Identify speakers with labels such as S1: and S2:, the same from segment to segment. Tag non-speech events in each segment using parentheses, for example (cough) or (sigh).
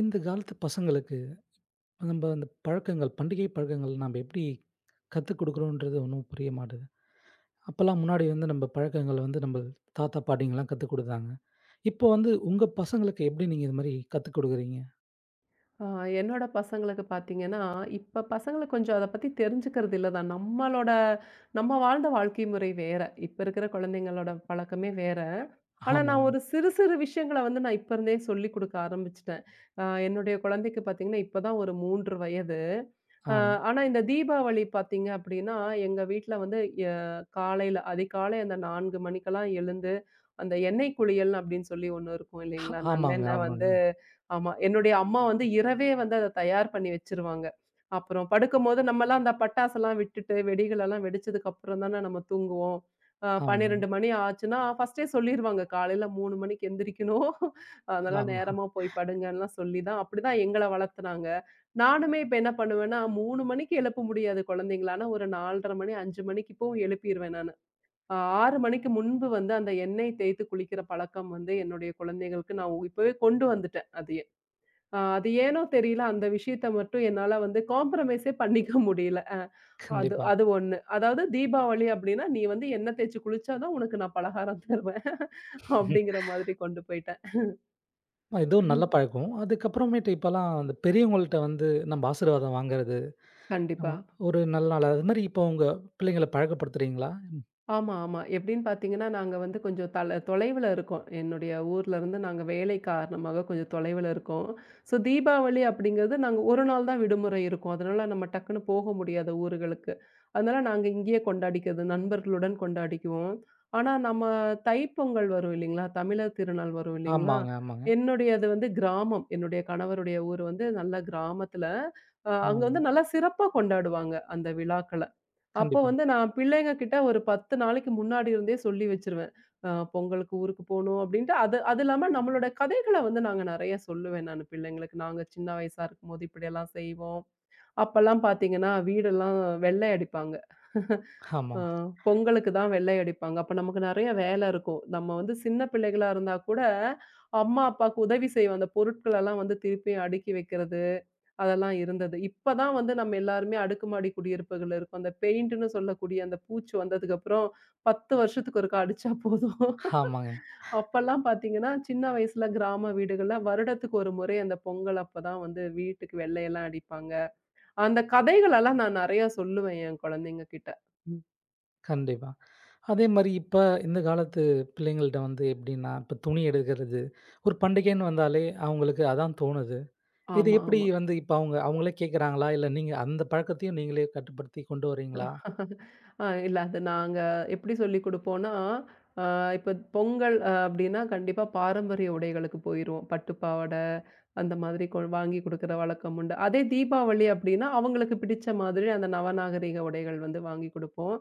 S1: இந்த காலத்து பசங்களுக்கு நம்ம அந்த பழக்கங்கள், பண்டிகை பழக்கங்கள் நம்ம எப்படி கத்துக் குடுக்குறோன்றது ஒண்ணும் புரிய மாட்டுது. அப்பலாம் முன்னாடி வந்து நம்ம பழக்கங்கள வந்து நம்ம தாத்தா, பாட்டிங்கலாம் கத்துக் குடுத்தாங்க. இப்போ வந்து உங்க பசங்களுக்கு எப்படி நீங்க இது மாரி கத்துக் குடுக்குறீங்க?
S2: ஆ, என்னோட பசங்களுக்கு பார்த்தீங்கன்னா, இப்ப பசங்கள கொஞ்சம் அத பத்தி தெரிஞ்சுக்கிறது இல்ல தான். நம்ம வாழ்ந்த வாழ்க்கை முறை வேற. இப்ப இருக்கிற குழந்தைங்களோட பழக்கமே வேற. ஆனா, நான்
S1: ஆமாங்க.
S2: ஒரு சிறு சிறு விஷயங்கள வந்து நான் இப்ப இருந்தே சொல்லிக் குடுக்க ஆரம்பிச்சுட்டேன். என்னுடைய குழந்தைக்கு பார்த்தீங்கன்னா, இப்ப தான் ஒரு 3 வயது. அ
S1: ஆம்.
S2: ஆனா, இந்த தீபாவளி பார்த்தீங்க அப்டின்னா, எங்க வீட்ல வந்து எ காலையில அதிகாலை அந்த 4 மணிக்கெல்லாம் எழுந்து, அந்த எண்ணெய் குளியல் அப்டின்னு சொல்லி ஒண்ணு இருக்கும் இல்லைங்களா?
S1: ஆமாங்க,
S2: நல்லெண்ணெய் வந்து
S1: ஆமாங்க,
S2: ஆமா. என்னுடைய அம்மா வந்து இரவே வந்து அத தயார் பண்ணி வச்சுருவாங்க. அப்புறம் படுக்கும்போது நம்மலாம் அந்த பட்டாசெல்லாம் விட்டுட்டு, வெடிகளெல்லாம் வெடிச்சதுக்கு அப்புறம் தானே நம்ம தூங்குவோம்.
S1: ஆமாங்க,
S2: 12 மணி ஆச்சுன்னா, ஃபர்ஸ்ட்டே சொல்லிருவாங்க. காலையில 3 மணிக்கு எந்திரிக்கணும். அதனால
S1: ஆமா.
S2: நேரமா போய் படுங்கன்லாம் சொல்லி தான் அப்டிதான் எங்கள வளர்த்துனாங்க. நானுமே இப்ப என்ன பண்ணுவேன்னா, 3 மணிக்கு எழுப்ப முடியாது குழந்தைங்கள. ஆனா ஒரு 4:30 மணி, 5 மணிக்கு இப்பவும் எழுப்பிருவேன் நானு. அ 6 மணிக்கு முன்பு வந்து அந்த எண்ணெய் தேய்த்து குளிக்கிற பழக்கம் வந்து என்னுடைய குழந்தைகளுக்கு நான் இப்பவே கொண்டு வந்துட்டேன் அதையே. அது ஏனோ தெரியல அந்த விஷயத்த மட்டும் என்னால வந்து காம்ப்ரமைஸே பண்ணிக்க (laughs) முடியல. அது
S1: கண்டிப்பா.
S2: அது 1. அதாவது தீபாவளி அப்டின்னா, "நீ வந்து எண்ணெய் தேய்ச்சு குளிச்சா தான் உனக்கு நான் பலகாரம் தருவேன்" (laughs) அப்டிங்கிற மாதிரி கொண்டு போயிட்டேன்.
S1: ஏதோ நல்ல
S2: (clears throat)
S1: பழக்கம். அதுக்கப்புறமேட்டு இப்பலாம் அந்த பெரியவங்கள்ட்ட வந்து நம்ம ஆசீர்வாதம் வாங்குறது,
S2: கண்டிப்பா.
S1: ஆமா. ஒரு நல்ல நாள் அது மாரி இப்போ உங்க பிள்ளைங்கள பழக்கப்படுத்துறீங்களா?
S2: ஆமா, ஆமா. எப்படின்னு பார்த்தீங்கன்னா, நாங்க வந்து கொஞ்சம் தல தொலைவுல இருக்கோம். என்னுடைய ஊர்ல இருந்து நாங்க வேலை காரணமாக கொஞ்சம் தொலைவுல இருக்கோம். ஸோ தீபாவளி அப்படிங்கிறது நாங்க 1 நாள் தான் விடுமுறை இருக்கும். அதனால நம்ம டக்குன்னு போக முடியாத ஊர்களுக்கு. அதனால நாங்க இங்கேயே கொண்டாடிக்கிறது. நண்பர்களுடன் கொண்டாடிக்குவோம். ஆனா நம்ம தைப்பொங்கல் வரும் இல்லைங்களா? தமிழர் திருநாள் வரும் இல்லைங்களா?
S1: ஆமாங்க, ஆமாங்க.
S2: என்னுடையது வந்து கிராமம். என்னுடைய கணவருடைய ஊர் வந்து நல்ல கிராமத்துல. அங்க
S1: ஆம்.
S2: வந்து நல்லா சிறப்பா கொண்டாடுவாங்க அந்த விழாக்கள. அப்போ
S1: கண்டிப்பா.
S2: வந்து நான் பிள்ளைங்க கிட்ட ஒரு 10 நாளைக்கு முன்னாடி இருந்தே சொல்லி வச்சுருவேன். பொங்கலுக்கு ஊருக்கு போணும் அப்டின்ட்டு. அது அது இல்லாம நம்மளோட கதைகள வந்து நாங்க நெறைய சொல்லுவேன் நானு பிள்ளைங்களுக்கு. நாங்க சின்ன வயசா இருக்கும்போது இப்படியெல்லாம் செய்வோம். அப்பலாம் பாத்தீங்கன்னா, வீடெல்லாம் வெள்ளை அடிப்பாங்க.
S1: ஆமா.
S2: அ பொங்கலுக்கு தான் வெள்ளை அடிப்பாங்க. அப்ப நமக்கு நெறைய வேல இருக்கும். நம்ம வந்து சின்ன பிள்ளைகளா இருந்தா கூட, அம்மா, அப்பாவுக்கு உதவி செய்வோம். அந்த பொருட்களெல்லாம் வந்து திருப்பியும் அடுக்கி வைக்கிறது. அதெல்லாம் இருந்தது. இப்ப தான் வந்து நம்ம எல்லாருமே அடுக்குமாடி குடியிருப்புகள்ல இருக்கோம். அந்த பெயிண்ட்டுன்னு சொல்லக்கூடிய அந்த பூச்சு வந்ததுக்கப்புறம் 10 வருஷத்துக்கு ஒருக்கா அடிச்சா போதும்.
S1: ஆமாங்க.
S2: (laughs) அப்பல்லாம் பார்த்தீங்கன்னா, சின்ன வயசுல கிராம வீடுகள்ல வருடத்துக்கு ஒரு முறை அந்த பொங்கல் அப்ப தான் வந்து வீட்டுக்கு வெள்ளையெல்லாம் அடிப்பாங்க. அந்த கதைகளெல்லாம் நான் நெறையா சொல்லுவேன் என் குழந்தைங்க கிட்ட. ம்.
S1: கண்டிப்பா. அதே மாரி இப்ப இந்த காலத்து பிள்ளைங்கள்ட்ட வந்து எப்படின்னா, இப்ப துணி எடுக்கிறது, ஒரு பண்டிகைன்னு வந்தாலே அவங்களுக்கு அதான் தோணுது. இது
S2: ஆமா,
S1: எப்படி
S2: ஆமா.
S1: வந்து இப்ப அவங்க அவங்களே கேட்கறாங்களா? இல்ல நீங்க அந்த பழக்கத்தையும் நீங்களே கட்டுப்படுத்தி கொண்டு வரீங்களா?
S2: இல்ல அது நாங்க எப்படி சொல்லிக் குடுப்போம்னா, அ இப்ப பொங்கல் அப்படின்னா கண்டிப்பா பாரம்பரிய உடைகளுக்கு போயிருவோம். பட்டு பாவாடை அந்த மாதிரி வாங்கி குடுக்குற வழக்கம் உண்டு. அதே தீபாவளி அப்படின்னா, அவங்களுக்கு பிடிச்ச மாதிரி அந்த நவநாகரீக உடைகள் வந்து வாங்கி குடுப்போம்.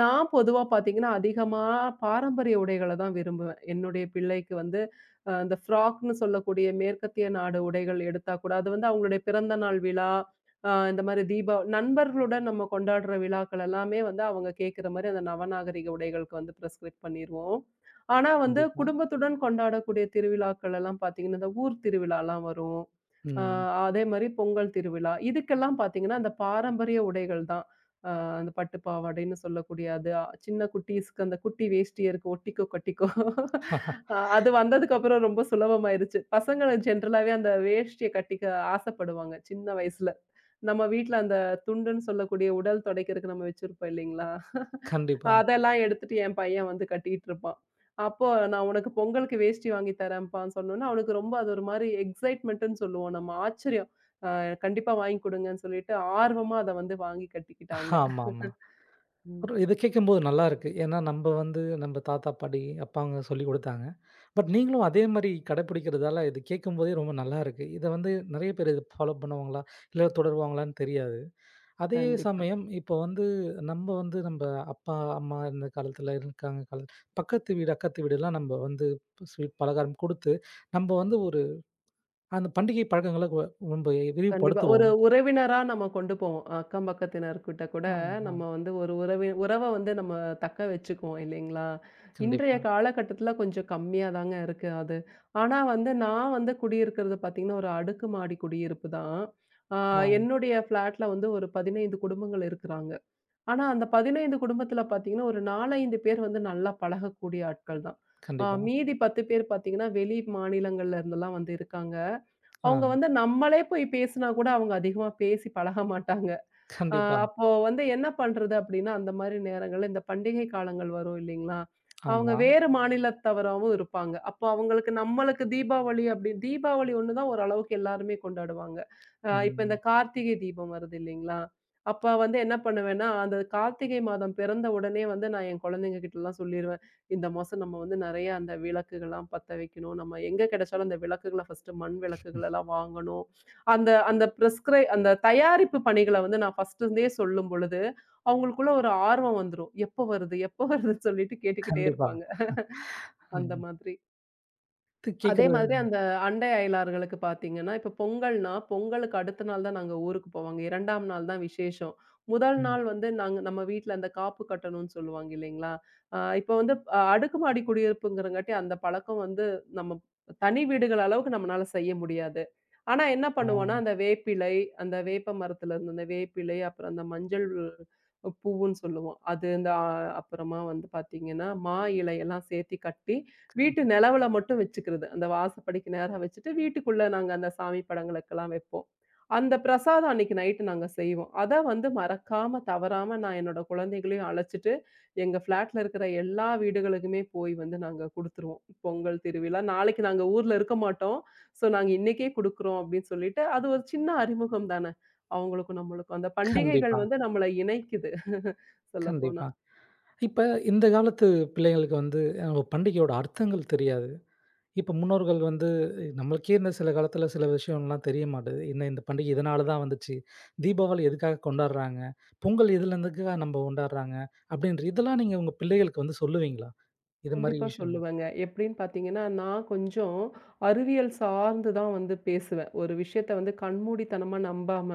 S2: நான் பொதுவா பார்த்தீங்கன்னா, அதிகமா பாரம்பரிய உடைகள தான் விரும்புவேன். என்னுடைய பிள்ளைக்கு வந்து அந்த ஃப்ராக்ன்னு சொல்லக்கூடிய மேற்கத்திய நாடு உடைகள் எடுத்தா கூட, அது வந்து அவங்களுடைய பிறந்த நாள் விழா இந்த மாரி நண்பர்களுடன் நம்ம கொண்டாடுற விழாக்கள் எல்லாமே வந்து அவங்க கேட்கிற மாரி அந்த நவநாகரிக உடைகளுக்கு வந்து பிரிஸ்கிரைப் பண்ணிருவோம். ஆனா வந்து
S1: கண்டிப்பா.
S2: குடும்பத்துடன் கொண்டாடக்கூடிய திருவிழாக்கள் எல்லாம் பார்த்தீங்கன்னா, இந்த ஊர் திருவிழாலாம் வரும். அ
S1: ம்.
S2: அதே மாரி பொங்கல் திருவிழா. இதுக்கெல்லாம் பார்த்தீங்கன்னா, அந்த பாரம்பரிய உடைகள் தான். அ அந்த பட்டு பாவாடைன்னு சொல்லக்கூடிய அது சின்ன குட்டீஸ்க்கு அந்த குட்டி வேஷ்டிய இருக்கு ஒட்டிக்கோ கட்டிக்கோ. அது வந்ததுக்கப்புறம் ரொம்ப சுலபமாயிருச்சு. பசங்க ஜென்ரலாவே அந்த வேஷ்டிய கட்டிக்க ஆசைப்படுவாங்க சின்ன வயசுல. நம்ம வீட்ல அந்த துண்டுன்னு சொல்லக்கூடிய உடல் துடைக்கிறதுக்கு நம்ம வச்சிருப்போம் இல்லைங்களா?
S1: கண்டிப்பா.
S2: அதெல்லாம் எடுத்துட்டு என் பையன் வந்து கட்டிட்டு இருப்பான். அப்போ நான் உனக்கு பொங்கலுக்கு வேஷ்டி வாங்கி தரேன்ப்பான்னு சொன்னோனே, அவனுக்கு ரொம்ப அது ஒரு மாரி எக்ஸைட்மென்ட்ன்னு சொல்லுவோம் நம்ம. ஆச்சரியம். அ கண்டிப்பா வாங்கி குடுங்கன்னு சொல்லிட்டு, ஆர்வமா அத வந்து வாங்கி கட்டிக்கிட்டாங்க.
S1: ஆமாமா.
S2: ம்.
S1: ஒரு இத கேட்கும்போது நல்லாருக்கு. ஏன்னா நம்ப வந்து நம்ப தாத்தா, பாட்டி, அப்பாங்க சொல்லிக் குடுத்தாங்க. பட் நீங்களும் அதே மாரி கடைப்பிடிக்கிறதால இது கேட்கும்போதே ரொம்ப நல்லாருக்கு. இத வந்து நெறைய பேர் இத ஃபாலோ பண்ணுவாங்களா? இல்ல தொடருவாங்களான்னு தெரியாது. அதே
S2: கண்டிப்பா.
S1: சமயம் இப்போ வந்து நம்ம வந்து நம்ம அப்பா, அம்மா இருந்த காலத்துல இருக்காங்க கால பக்கத்து வீடு, அக்கத்து வீடுலாம் நம்ம வந்து ஸ்வீட் பலகாரம் குடுத்து, நம்ம வந்து ஒரு அந்த பண்டிகை பழக்கங்கள ரொம்ப
S2: கண்டிப்பா. ஒரு
S1: விரிவுபடுத்துவோம்.
S2: உறவினரா நம்ம கொண்டு போவோம். அக்கம் பக்கத்தினர்கிட்ட கூட
S1: ஆமா.
S2: நம்ம வந்து ஒரு உறவ வந்து நம்ம தக்க வச்சுக்குவோம் இல்லைங்களா? இன்றைய
S1: கண்டிப்பா.
S2: காலகட்டத்தில கொஞ்சம் கம்மியா தாங்க இருக்கு அது. ஆனா வந்து நான் வந்து குடியிருக்கிறது பார்த்தீங்கன்னா, ஒரு அடுக்குமாடி குடியிருப்பு தான். ஆ
S1: ஆ.
S2: என்னுடைய ஃப்ளாட்ல வந்து ஒரு 15 குடும்பங்கள் இருக்கிறாங்க. ஆனா அந்த 15 குடும்பத்தில பார்த்தீங்கன்னா, ஒரு 4, 5 பேர் வந்து நல்லா பழகக்கூடிய ஆட்கள் தான்.
S1: கண்டிப்பா.
S2: மீதி 10 பேர் பார்த்தீங்கன்னா, வெளி மாநிலங்கள்ல இருந்தெல்லாம் வந்து இருக்காங்க. அவங்க
S1: ஆ.
S2: வந்து நம்மளே போய் பேசினா கூட அவங்க அதிகமா பேசி பழக மாட்டாங்க. அ
S1: கண்டிப்பா.
S2: அப்போ வந்து என்ன பண்றது அப்டின்னா, அந்த மாரி நேரங்கள்ல இந்த பண்டிகை காலங்கள் வரும் இல்லைங்களா? அவங்க
S1: ஆமா.
S2: வேறு மாநிலத்தவராவும் இருப்பாங்க. அப்போ அவங்களுக்கு நம்மளுக்கு தீபாவளி ஒண்ணு தான் ஓரளவுக்கு எல்லாருமே கொண்டாடுவாங்க. இப்ப இந்த
S1: ம்.
S2: கார்த்திகை தீபம் வருது இல்லைங்களா? அப்ப வந்து என்ன பண்ணுவேன்னா, அந்த கார்த்திகை மாதம் பிறந்த உடனே வந்து நான் என் குழந்தைங்க கிட்டலாம் சொல்லிருவேன். இந்த மாசம் நம்ம வந்து நெறைய அந்த விளக்குகள்லாம் பத்த வைக்கணும். நம்ம எங்க கிடைச்சாலும் அந்த விளக்குகள ஃபர்ஸ்ட்டு மண் விளக்குகளெல்லாம் வாங்கணும். அந்த அந்த அந்த தயாரிப்பு பணிகள வந்து நான் ஃபர்ஸ்ட்டு இருந்தே சொல்லும் பொழுது, அவங்களுக்குள்ள ஒரு ஆர்வம் வந்துரும். எப்போ வருது? எப்போ வருதுன்னு சொல்லிட்டு கேட்டுக்கிட்டே
S1: கண்டிப்பா.
S2: இருப்பாங்க. அந்த
S1: ம்.
S2: மாதிரி.
S1: இது
S2: அதே
S1: கேட்கறது
S2: மாதிரி அந்த அண்டை அயலார்களுக்கு பார்த்தீங்கன்னா, இப்ப பொங்கல்னா, பொங்கலுக்கு அடுத்த நாள் தான் நாங்க ஊருக்கு போவாங்க. 2ஆம் நாள் தான் விசேஷம். முதல்
S1: ம்.
S2: நாள் வந்து நாங்க நம்ம வீட்ல அந்த காப்பு கட்டணும்னு சொல்லுவாங்க இல்லைங்களா? இப்ப வந்து அடுக்குமாடி குடியிருப்புங்கிறங்காட்டி அந்த பழக்கம் வந்து நம்ம தனி வீடுகள் அளவுக்கு நம்மனால செய்ய முடியாது. ஆனா என்ன பண்ணுவோம்னா,
S1: ஆ.
S2: அந்த வேப்பிலை, அந்த வேப்ப மரத்துல இருந்து அந்த வேப்பிலை, அப்புறம் அந்த மஞ்சள் பூவுன்னு சொல்லுவோம். அது இந்த அப்புறமா வந்து பார்த்தீங்கன்னா, மா இலையெல்லாம் சேர்த்தி கட்டி வீட்டு நிலவுல மட்டும் வச்சுக்கிறது. அந்த வாசப்படிக்கு நேரா வச்சுட்டு, வீட்டுக்குள்ள நாங்க அந்த சாமி படங்களுக்கெல்லாம் வைப்போம். அந்த பிரசாதம் அன்னைக்கு நைட்டு நாங்க செய்வோம். அத வந்து மறக்காம, தவறாம நான் என்னோட குழந்தைகளையும் அழைச்சிட்டு, எங்க ஃப்ளாட்ல இருக்கிற எல்லா வீடுகளுக்குமே போய் வந்து நாங்க குடுத்துருவோம். பொங்கல், திருவிழா நாளைக்கு நாங்க ஊர்ல இருக்க மாட்டோம். ஸோ நாங்க இன்னைக்கே குடுக்குறோம் அப்படின்னு சொல்லிட்டு, அது ஒரு சின்ன அறிமுகம் தானே! அவங்களுக்கும் நம்மளுக்கும். அந்த பண்டிகைகள்
S1: கண்டிப்பா,
S2: வந்து நம்மள இணைக்குது (laughs) சொல்லப்போனா.
S1: கண்டிப்பா. இப்ப இந்த காலத்து பிள்ளைங்களுக்கு வந்து அ பண்டிகையோட அர்த்தங்கள் தெரியாது. இப்ப முன்னோர்கள் வந்து நம்மளுக்கே இந்த சில காலத்துல சில விஷயம்லாம் தெரிய மாட்டுது. இந்த இந்த பண்டிகை இதனால தான் வந்துச்சு. தீபாவளி எதுக்காக கொண்டாடுறாங்க? பொங்கல் இதுலருந்துக்காக நம்ம கொண்டாடுறாங்க. அப்படின்ற இதெல்லாம் நீங்க உங்க பிள்ளைகளுக்கு வந்து சொல்லுவீங்களா? இது மாரி
S2: கண்டிப்பா
S1: விஷயம்.
S2: சொல்லுவேங்க. எப்படின்னு பார்த்தீங்கன்னா, நான் கொஞ்சம் அறிவியல் சார்ந்து தான் வந்து பேசுவேன். ஒரு விஷயத்த வந்து கண்மூடித்தனமா நம்பாம,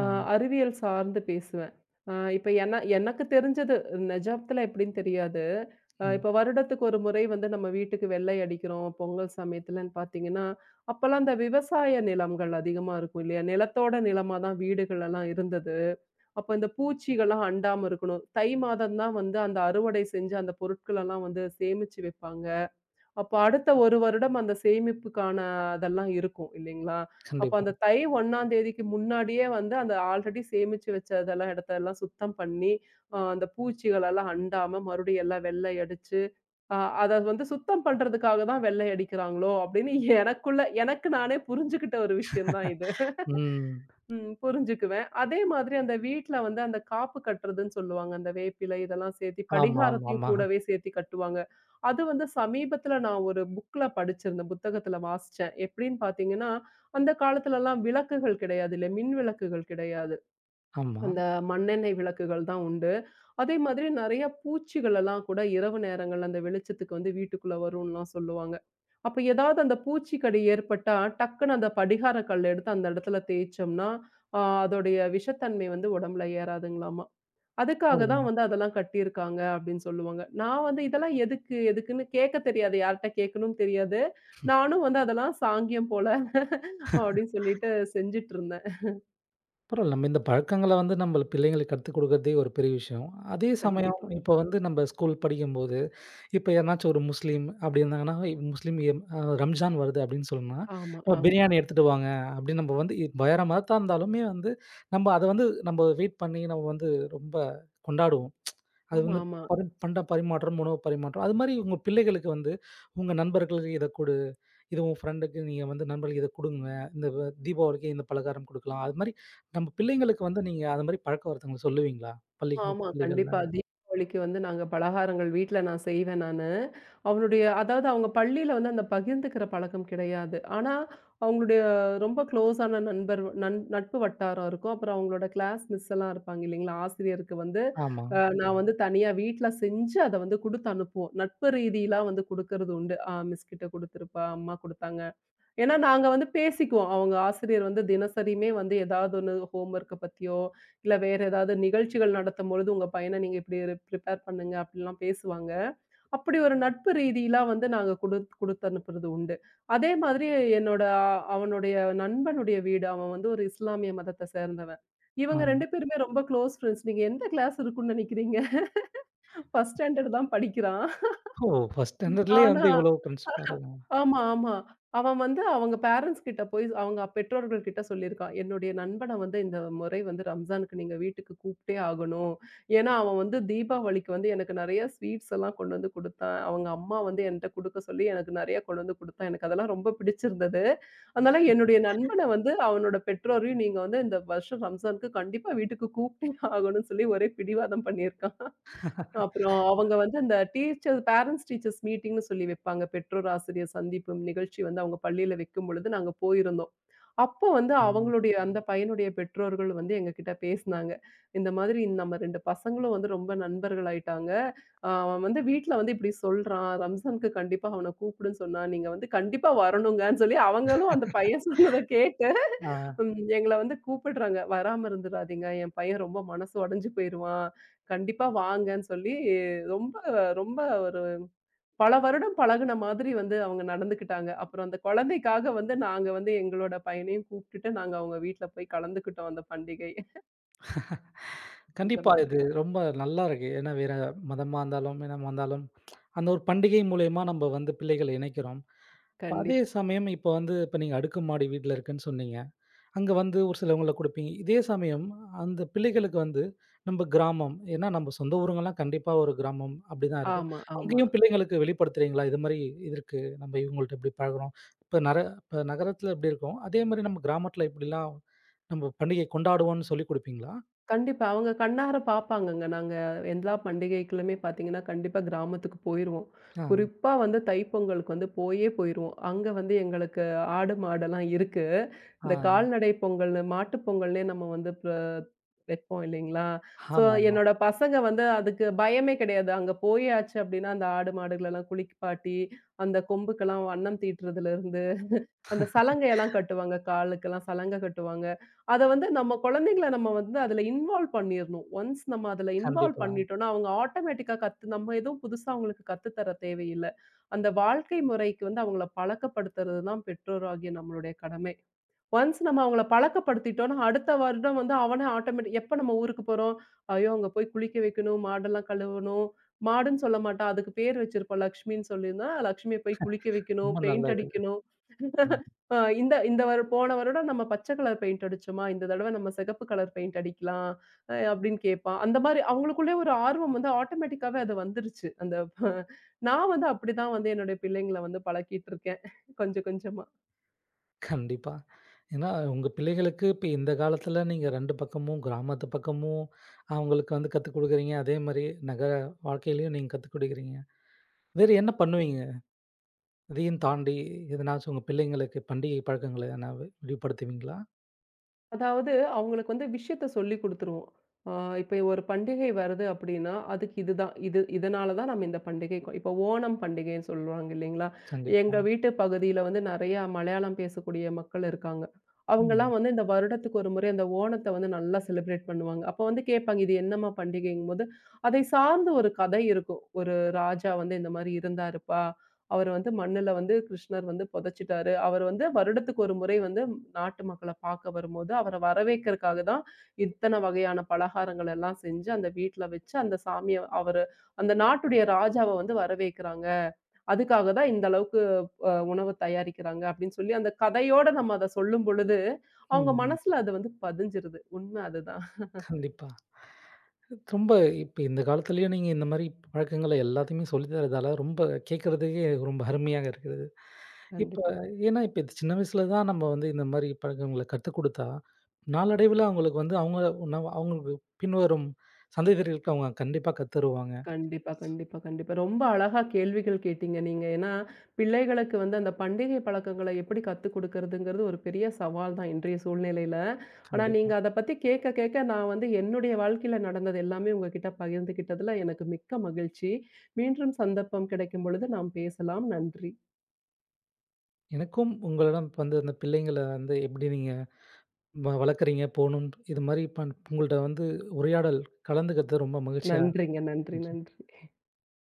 S2: அ
S1: ஆ,
S2: அறிவியல் சார்ந்து பேசுவேன். இப்ப எனக்கு தெரிஞ்சது நிஜத்துல எப்படின்னு தெரியாது.
S1: ம்.
S2: இப்ப வருடத்துக்கு ஒரு முறை வந்து நம்ம வீட்டுக்கு வெள்ளை அடிக்கிறோம், பொங்கல் சமயத்துலன்னு பார்த்தீங்கன்னா, அப்பலாம் இந்த விவசாய நிலங்கள் அதிகமா இருக்கும் இல்லையா? நிலத்தோட நிலமா தான் வீடுகள் எல்லாம் இருந்தது. அப்ப இந்த பூச்சிகள்லாம் அண்டாம இருக்கணும். தை மாதம் தான் வந்து அந்த அறுவடை செஞ்சு அந்த பொருட்களெல்லாம் வந்து சேமிச்சு வைப்பாங்க. அப்ப அடுத்த 1 வருடம் அந்த சேமிப்புக்கான அதெல்லாம் இருக்கும் இல்லைங்களா? அப்ப
S1: கண்டிப்பா.
S2: அந்த தை 1ஆம் தேதிக்கு முன்னாடியே வந்து அந்த ஆல்ரெடி சேமிச்சு வச்சதெல்லாம் இடத்தெல்லாம் சுத்தம் பண்ணி, அந்த பூச்சிகளெல்லாம் அண்டாம மறுபடியும் எல்லாம் வெள்ளை அடிச்சு ஆ அத வந்து சுத்தம் பண்றதுக்காக தான் வெள்ளை அடிக்கிறாங்களோ! அப்படின்னு எனக்கு நானே புரிஞ்சுகிட்ட ஒரு விஷயம் தான் இது.
S1: ம்.
S2: ம் புரிஞ்சுக்குவேன். அதே மாதிரி அந்த வீட்ல வந்து அந்த காப்பு கட்டுறதுன்னு சொல்லுவாங்க. அந்த வேப்பிலை இதெல்லாம் சேர்த்தி
S1: ஆமா, ஆமா,
S2: படிகாரத்தையும்
S1: ஆமா,
S2: கூடவே சேர்த்தி கட்டுவாங்க. அது வந்து சமீபத்தில நான் ஒரு புக்ல படிச்சிருந்தேன். புத்தகத்தில வாசிச்சேன். எப்படின்னு பார்த்தீங்கன்னா, அந்த காலத்துலலாம் விளக்குகள் கிடையாது இல்ல. மின் விளக்குகள் கிடையாது.
S1: ஆமா.
S2: அந்த மண்ணெண்ணெய் விளக்குகள் தான் உண்டு. அதே மாதிரி நெறைய பூச்சிகள் எல்லாம் கூட இரவு நேரங்கள்ல அந்த வெளிச்சத்துக்கு வந்து வீட்டுக்குள்ள வரும்லாம் சொல்லுவாங்க. அப்ப ஏதாவது அந்த பூச்சி கடி ஏற்பட்டா, டக்குனு அந்த படிகார கல்ல எடுத்து அந்த இடத்துல தேய்ச்சோம்னா, அதோடைய விஷத்தன்மை வந்து உடம்புல ஏறாதுங்களாமா. அதுக்காக
S1: ஓ!
S2: தான் வந்து அதெல்லாம் கட்டியிருக்காங்க அப்படின்னு சொல்லுவாங்க. நான் வந்து இதெல்லாம் எதுக்கு? எதுக்குன்னு கேட்க தெரியாது. யார்ட்ட கேட்கணும்னு தெரியாது. நானும் வந்து அதெல்லாம் சாங்கியம் போல அப்படின்னு சொல்லிட்டு செஞ்சுட்டு இருந்தேன்.
S1: பரவால்ல. நம்ம இந்த பழக்கங்கள வந்து நம்ம பிள்ளைங்களுக்கு கத்துக் குடுக்குறதே ஒரு பெரிய விஷயம். அதே சமயம்
S2: கண்டிப்பா.
S1: இப்ப வந்து நம்ம ஸ்கூல் படிக்கும்போது இப்ப யாருனாச்சும் ஒரு முஸ்லீம் அப்படி இருந்தாங்கன்னா, முஸ்லீம் எம் அ ரம்ஜான் வருது அப்படின்னு சொன்னா,
S2: ஆமா,
S1: அ
S2: ஆமா.
S1: பிரியாணி எடுத்துட்டு வாங்க அப்படின்னு நம்ம வந்து வேற மதத்தா இருந்தாலுமே வந்து, நம்ம அத வந்து நம்ம வெயிட் பண்ணி நம்ம வந்து ரொம்ப கொண்டாடுவோம். அது
S2: ஆமா,
S1: வந்து
S2: ஆமா.
S1: பரி பண்ட பரிமாற்றம், உணவு பரிமாற்றம். அது மாரி உங்க பிள்ளைகளுக்கு வந்து, உங்க நண்பர்களுக்கு இத குடு, இது உன் ஃப்ரெண்டுக்கு நீங்க வந்து நண்பர்களுக்கு இத குடுங்க. இந்த தீபாவளிக்கு இந்த பலகாரம் குடுக்கலாம். அது மாரி நம்ம பிள்ளைங்களுக்கு வந்து நீங்க அது மாரி பழக்கவழக்கங்கள் சொல்லுவீங்களா? பள்ளிகள்
S2: ஆமா.
S1: பள்ளிகள்ல.
S2: கண்டிப்பா. தீபாவளிக்கு வந்து நாங்க பலகாரங்கள் வீட்ல நான் செய்வேன் நானு. அவனுடைய அதாவது அவங்க பள்ளியில வந்து அந்த பகிர்ந்துக்கிற பழக்கம் கிடையாது. ஆனா, அவங்களுடைய ரொம்ப க்ளோஸான நண்பர் நண் நட்பு வட்டாரம் இருக்கும். அப்புறம் அவங்களோட கிளாஸ் மிஸ் எல்லாம் இருப்பாங்க இல்லைங்களா? ஆசிரியருக்கு வந்து
S1: ஆமா.
S2: நான் வந்து தனியா வீட்ல செஞ்சு அத வந்து குடுத்து அனுப்புவோம். நட்பு ரீதியிலாம் வந்து குடுக்கறது உண்டு. மிஸ் கிட்ட குடுத்துருப்பா, அம்மா குடுத்தாங்க. ஏன்னா நாங்க வந்து பேசிக்குவோம். அவங்க ஆசிரியர் வந்து தினசரியுமே வந்து ஏதாவது ஒண்ணு ஹோம்வொர்க்க பத்தியோ, இல்ல வேற ஏதாவது நிகழ்ச்சிகள் நடத்தும்பொழுது, "உங்க பையன நீங்க இப்படி ப்ரிப்பேர் பண்ணுங்க." அப்படிலாம் பேசுவாங்க. அப்படி ஒரு நட்பு ரீதியிலா வந்து நாங்க குடுத்து அனுப்புறது உண்டு. அதே மாதிரி என்னோட அவனுடைய நண்பனுடைய வீடு. அவன் வந்து ஒரு இஸ்லாமிய மதத்த சேர்ந்தவன். இவங்க
S1: ஆ.
S2: 2 பேருமே ரொம்ப க்ளோஸ் ஃப்ரெண்ட்ஸ். "நீங்க எந்த கிளாஸ் இருக்கும்னு நெனைக்கிறீங்க? (laughs) ஃபர்ஸ்ட் ஸ்டாண்டர்ட் தான் படிக்கிறான்."
S1: ஓ! ஃபர்ஸ்ட்
S2: ம்.
S1: ஸ்டாண்டர்ட்லயே
S2: ஆனா
S1: வந்து இவ்வளோ கன்ஸ் பாருங்க.
S2: ஆமா, ஆமா. அவன் வந்து அவங்க பேரண்ட்ஸ் கிட்ட போய் அவங்க பெற்றோர்கள் கிட்ட சொல்லியிருக்கான். என்னுடைய நண்பன வந்து இந்த முறை வந்து ரம்ஜானுக்கு நீங்க வீட்டுக்கு கூப்பிட்டே ஆகணும். ஏன்னா அவன் வந்து தீபாவளிக்கு வந்து எனக்கு நெறைய ஸ்வீட்ஸ் எல்லாம் கொண்டு வந்து குடுத்தான். அவங்க அம்மா வந்து என்ட்ட குடுக்க சொல்லி எனக்கு நெறைய கொண்டு வந்து குடுத்தான். எனக்கு அதெல்லாம் ரொம்ப பிடிச்சிருந்தது. அதனால என்னுடைய நண்பன வந்து அவனோட பெற்றோரையும் நீங்க வந்து இந்த வருஷம் ரம்ஜானுக்கு கண்டிப்பா வீட்டுக்கு கூப்பிட்டே ஆகணும்னு சொல்லி ஒரே பிடிவாதம் பண்ணியிருக்கான். அப்புறம் அவங்க வந்து அந்த பேரண்ட்ஸ் டீச்சர்ஸ் மீட்டிங்ன்னு சொல்லி வைப்பாங்க. பெற்றோர் ஆசிரியர் சந்திப்பு நிகழ்ச்சி வந்து அவங்க பள்ளியில வைக்கும்பொழுது நாங்க போயிருந்தோம். அப்போ வந்து
S1: ம்.
S2: அவங்களுடைய அந்த பையனுடைய பெற்றோர்கள் வந்து எங்ககிட்ட பேசினாங்க. இந்த மாதிரி நம்ம 2 பசங்களும் வந்து ரொம்ப நண்பர்கள் ஆயிட்டாங்க. அவன் வந்து வீட்ல வந்து இப்படி சொல்றான். ரம்ஸானுக்கு கண்டிப்பா அவன கூப்பிடுன்னு சொன்னா, நீங்க வந்து கண்டிப்பா வரணுங்கன்னு சொல்லி அவங்களும் அந்த பையன் சொன்னத கேட்டு
S1: ஆ
S2: ம் எங்கள வந்து கூப்பிடுறாங்க. வராம இருந்துறாதீங்க. என் பையன் ரொம்ப மனசு உடைஞ்சு போயிருவான். கண்டிப்பா வாங்கன்னு சொல்லி, ரொம்ப ரொம்ப ஒரு பல வருடம் பழகுன மாதிரி வந்து அவங்க நடந்துக்கிட்டாங்க. அப்புறம் அந்த குழந்தைக்காக வந்து நாங்க வந்து எங்களோட பையனையும் கூப்ட்டுட்டு, நாங்க அவங்க வீட்ல போய் கலந்துக்கிட்டோம் அந்த பண்டிகை. இந்த
S1: கண்டிப்பா
S2: மாதிரி.
S1: இது ரொம்ப நல்லா இருக்கு. ஏன்னா வேற மதமா இருந்தாலும், இனமா இருந்தாலும், அந்த ஒரு பண்டிகை மூலியமா நம்ம வந்து பிள்ளைகள இணைக்கிறோம். இப்ப அதே
S2: கண்டிப்பா.
S1: சமயம் இப்ப வந்து இப்ப நீங்க அடுக்குமாடி வீட்ல இருக்குன்னு சொன்னீங்க. அங்க வந்து ஒரு சிலவங்கள குடுப்பீங்க. இதே சமயம் அந்த பிள்ளைகளுக்கு வந்து நம்ப கிராமம், ஏன்னா நம்ம சொந்த ஊருங்கலாம் கண்டிப்பா ஒரு கிராமம் அப்படிதான் இருக்கும்.
S2: ஆமா, ஆமா.
S1: அங்கேயும் பிள்ளைங்களுக்கு வெளிப்படுத்துறீங்களா? இது மாரி இது இருக்கு. நம்ம இவங்கள்ட்ட இப்படி பழகுறோம். இப்ப இப்ப நகரத்தில எப்படி இருக்கும்? அதே மாரி நம்ம கிராமத்தில இப்படிலாம் நம்ம பண்டிகை கொண்டாடுவோம்னு சொல்லிக் குடுப்பீங்களா?
S2: கண்டிப்பா. அவங்க கண்ணார பாப்பாங்கங்க. நாங்க எல்லா பண்டிகைக்குமே பார்த்தீங்கன்னா, கண்டிப்பா கிராமத்துக்கு போயிருவோம்.
S1: ஆ,
S2: குறிப்பா வந்து தைப்பொங்கலுக்கு வந்து போயே போயிருவோம். அங்க வந்து எங்களுக்கு ஆடு, மாடெல்லாம் இருக்கு.
S1: ஆ.
S2: இந்த கால்நடை பொங்கல்னு, மாட்டுப் பொங்கல்னே நம்ம வந்து வைப்போம் இல்லைங்களா? ஸோ
S1: ஆமாமா.
S2: என்னோட பசங்க வந்து அதுக்கு பயமே கிடையாது. அங்க போயாச்சு அப்படின்னா, அந்த ஆடு, மாடுகளெல்லாம் குளிப்பாட்டி, அந்த கொம்புக்கெல்லாம் வண்ணம் தீட்டுறதுலருந்து அந்த சலங்கையெல்லாம் கட்டுவாங்க. காலுக்கெல்லாம் சலங்கை கட்டுவாங்க. அத வந்து நம்ம குழந்தைங்கள நம்ம வந்து அதுல இன்வால்வ் பண்ணிறணும். ஒன்ஸ் நம்ம அதுல இன்வால்வ்
S1: கண்டிப்பா.
S2: பண்ணிட்டோம்னா, அவங்க ஆட்டோமேட்டிக்கா கத்து நம்ம எதுவும் புதுசா அவங்களுக்கு கத்து தர தேவையில்ல. அந்த வாழ்க்கை முறைக்கு வந்து அவங்கள பழக்கப்படுத்துறது தான் பெற்றோராகிய நம்மளுடைய கடமை. ஒன்ஸ் நம்ம அவங்கள பழக்கப்படுத்திட்டோம்னா, அடுத்த வருடம் வந்து அவனே ஆட்டோமேட்டிக் எப்ப நம்ம ஊருக்கு போறோம்? ஐயோ! அங்க போய் குளிக்க வைக்கணும், மாடெல்லாம் கழுவணும். மாடுன்னு சொல்ல மாட்டான். அதுக்கு பேர் வச்சிருப்போம். லக்ஷ்மின்னு சொல்லியிருந்தா, லக்ஷ்மிய போய் குளிக்க வைக்கணும்,
S1: ரொம்ப
S2: பெயிண்ட்
S1: நல்லது.
S2: அடிக்கணும்.
S1: ம்.
S2: இந்த இந்த போன வருடம் நம்ம பச்சை கலர் பெயிண்ட் அடிச்சோமா, இந்த தடவ நம்ம சிகப்பு கலர் பெயிண்ட் அடிக்கலாம் அப்படின்னு கேட்பான். அந்த மாரி அவங்களுக்குள்ளே ஒரு ஆர்வம் வந்து ஆட்டோமேட்டிக்காவே அது வந்துருச்சு. நான் வந்து அப்படிதான் வந்து என்னுடைய பிள்ளைங்கள வந்து பழக்கிட்டு இருக்கேன். கொஞ்சம் கொஞ்சமா.
S1: கண்டிப்பா. ஏன்னா, உங்க பிள்ளைகளுக்கு இப்ப இந்த காலத்துல நீங்க 2 பக்கமும் கிராமத்து பக்கமும் அவங்களுக்கு வந்து கத்துக் குடுக்குறீங்க. அதே மாரி நகர வாழ்க்கையிலயும் நீங்க கத்துக் குடுக்குறீங்க. வேறு என்ன பண்ணுவீங்க? இதையும் தாண்டி எதனாச்சும் உங்க பிள்ளைங்களுக்கு பண்டிகை பழக்கங்கள எதனா விரிவுபடுத்துவீங்களா?
S2: அதாவது அவங்களுக்கு வந்து விஷயத்த சொல்லிக் குடுத்துருவோம். ஆ இப்ப ஒரு பண்டிகை வருது அப்டின்னா, அதுக்கு இதுதான். இது இதனால தான் நம்ம இந்த பண்டிகை இப்ப ஓணம் பண்டிகைன்னு சொல்லுவாங்க இல்லைங்களா? எங்க
S1: கண்டிப்பா.
S2: வீட்டு பகுதியில வந்து நெறையா மலையாளம் பேசக்கூடிய மக்கள் இருக்காங்க.
S1: ம்.
S2: அவங்கலாம் வந்து இந்த வருடத்துக்கு ஒரு முறை அந்த ஓணத்த வந்து நல்லா செலிப்ரேட் பண்ணுவாங்க. அப்ப வந்து கேட்பாங்க, "இது என்னம்மா பண்டிகைங்கும்போது?" அதை சார்ந்து ஒரு கதை இருக்கும். "ஒரு ராஜா வந்து இந்த மாரி இருந்தாருப்பா. அவர் வந்து மண்ணுல வந்து கிருஷ்ணர் வந்து புதைச்சிட்டாரு. அவர் வந்து வருடத்துக்கு ஒரு முறை வந்து நாட்டு மக்கள பார்க்க வரும்போது, அவர வரவேற்கறக்காக தான் இத்தன வகையான பலகாரங்கள் எல்லாம் செஞ்சு, அந்த வீட்ல வச்சு, அந்த சாமிய அவரு அந்த நாட்டுடைய ராஜாவ வந்து வரவேற்கிறாங்க. அதுக்காக தான் இந்த அளவுக்கு உணவு தயாரிக்கிறாங்க அப்படின்னு சொல்லி, அந்த கதையோட நம்ம அத சொல்லும் பொழுது, அவங்க
S1: ம்.
S2: மனசுல அது வந்து பதிஞ்சிருது. உண்ம அதுதான்.
S1: கண்டிப்பா. ரொம்ப இப்ப இந்த காலத்துலயும் நீங்க இந்த மாரி பழக்கங்கள எல்லாத்தையுமே சொல்லி தர்றதால ரொம்ப கேட்கறதுக்கே ரொம்ப அருமையாக இருக்குது. இப்ப
S2: கண்டிப்பா.
S1: ஏன்னா, இப்ப இது சின்ன வயசுல தான் நம்ம வந்து இந்த மாரி பழக்கங்கள கத்துக் குடுத்தா, நாளடைவில அவங்களுக்கு வந்து அவங்க நவ் அவங்களுக்கு பின்வரும் சந்ததியர்களுக்கு அவங்க கண்டிப்பா கத்துருவாங்க.
S2: கண்டிப்பா, கண்டிப்பா, கண்டிப்பா. ரொம்ப அழகா கேள்விகள் கேட்டீங்க நீங்க. ஏன்னா, பிள்ளைகளுக்கு வந்து அந்த பண்டிகை பழக்கங்கள எப்படி கத்துக் குடுக்கறதுங்கிறது ஒரு பெரிய சவால் தான் இன்றைய சூழ்நிலையில. ஆனா, நீங்க
S1: கண்டிப்பா.
S2: அத பத்தி கேட்க கேட்க நான் வந்து என்னுடைய வாழ்க்கையில நடந்தது எல்லாமே உங்ககிட்ட பகிர்ந்துகிட்டதுல எனக்கு மிக்க மகிழ்ச்சி. மீண்டும் சந்தர்ப்பம் கிடைக்கும் பொழுது நாம் பேசலாம். நன்றி.
S1: எனக்கும் உங்களிடம் இப்ப வந்து அந்த பிள்ளைங்கள வந்து எப்படி நீங்க வளர்க்குறீங்க, போணும் இது மாரி உங்கள்ட்ட வந்து உரையாடல் கலந்துக்கறது ரொம்ப மகிழ்ச்சியா
S2: நன்றிங்க. நன்றி,
S1: இருந்துச்சு.
S2: நன்றி.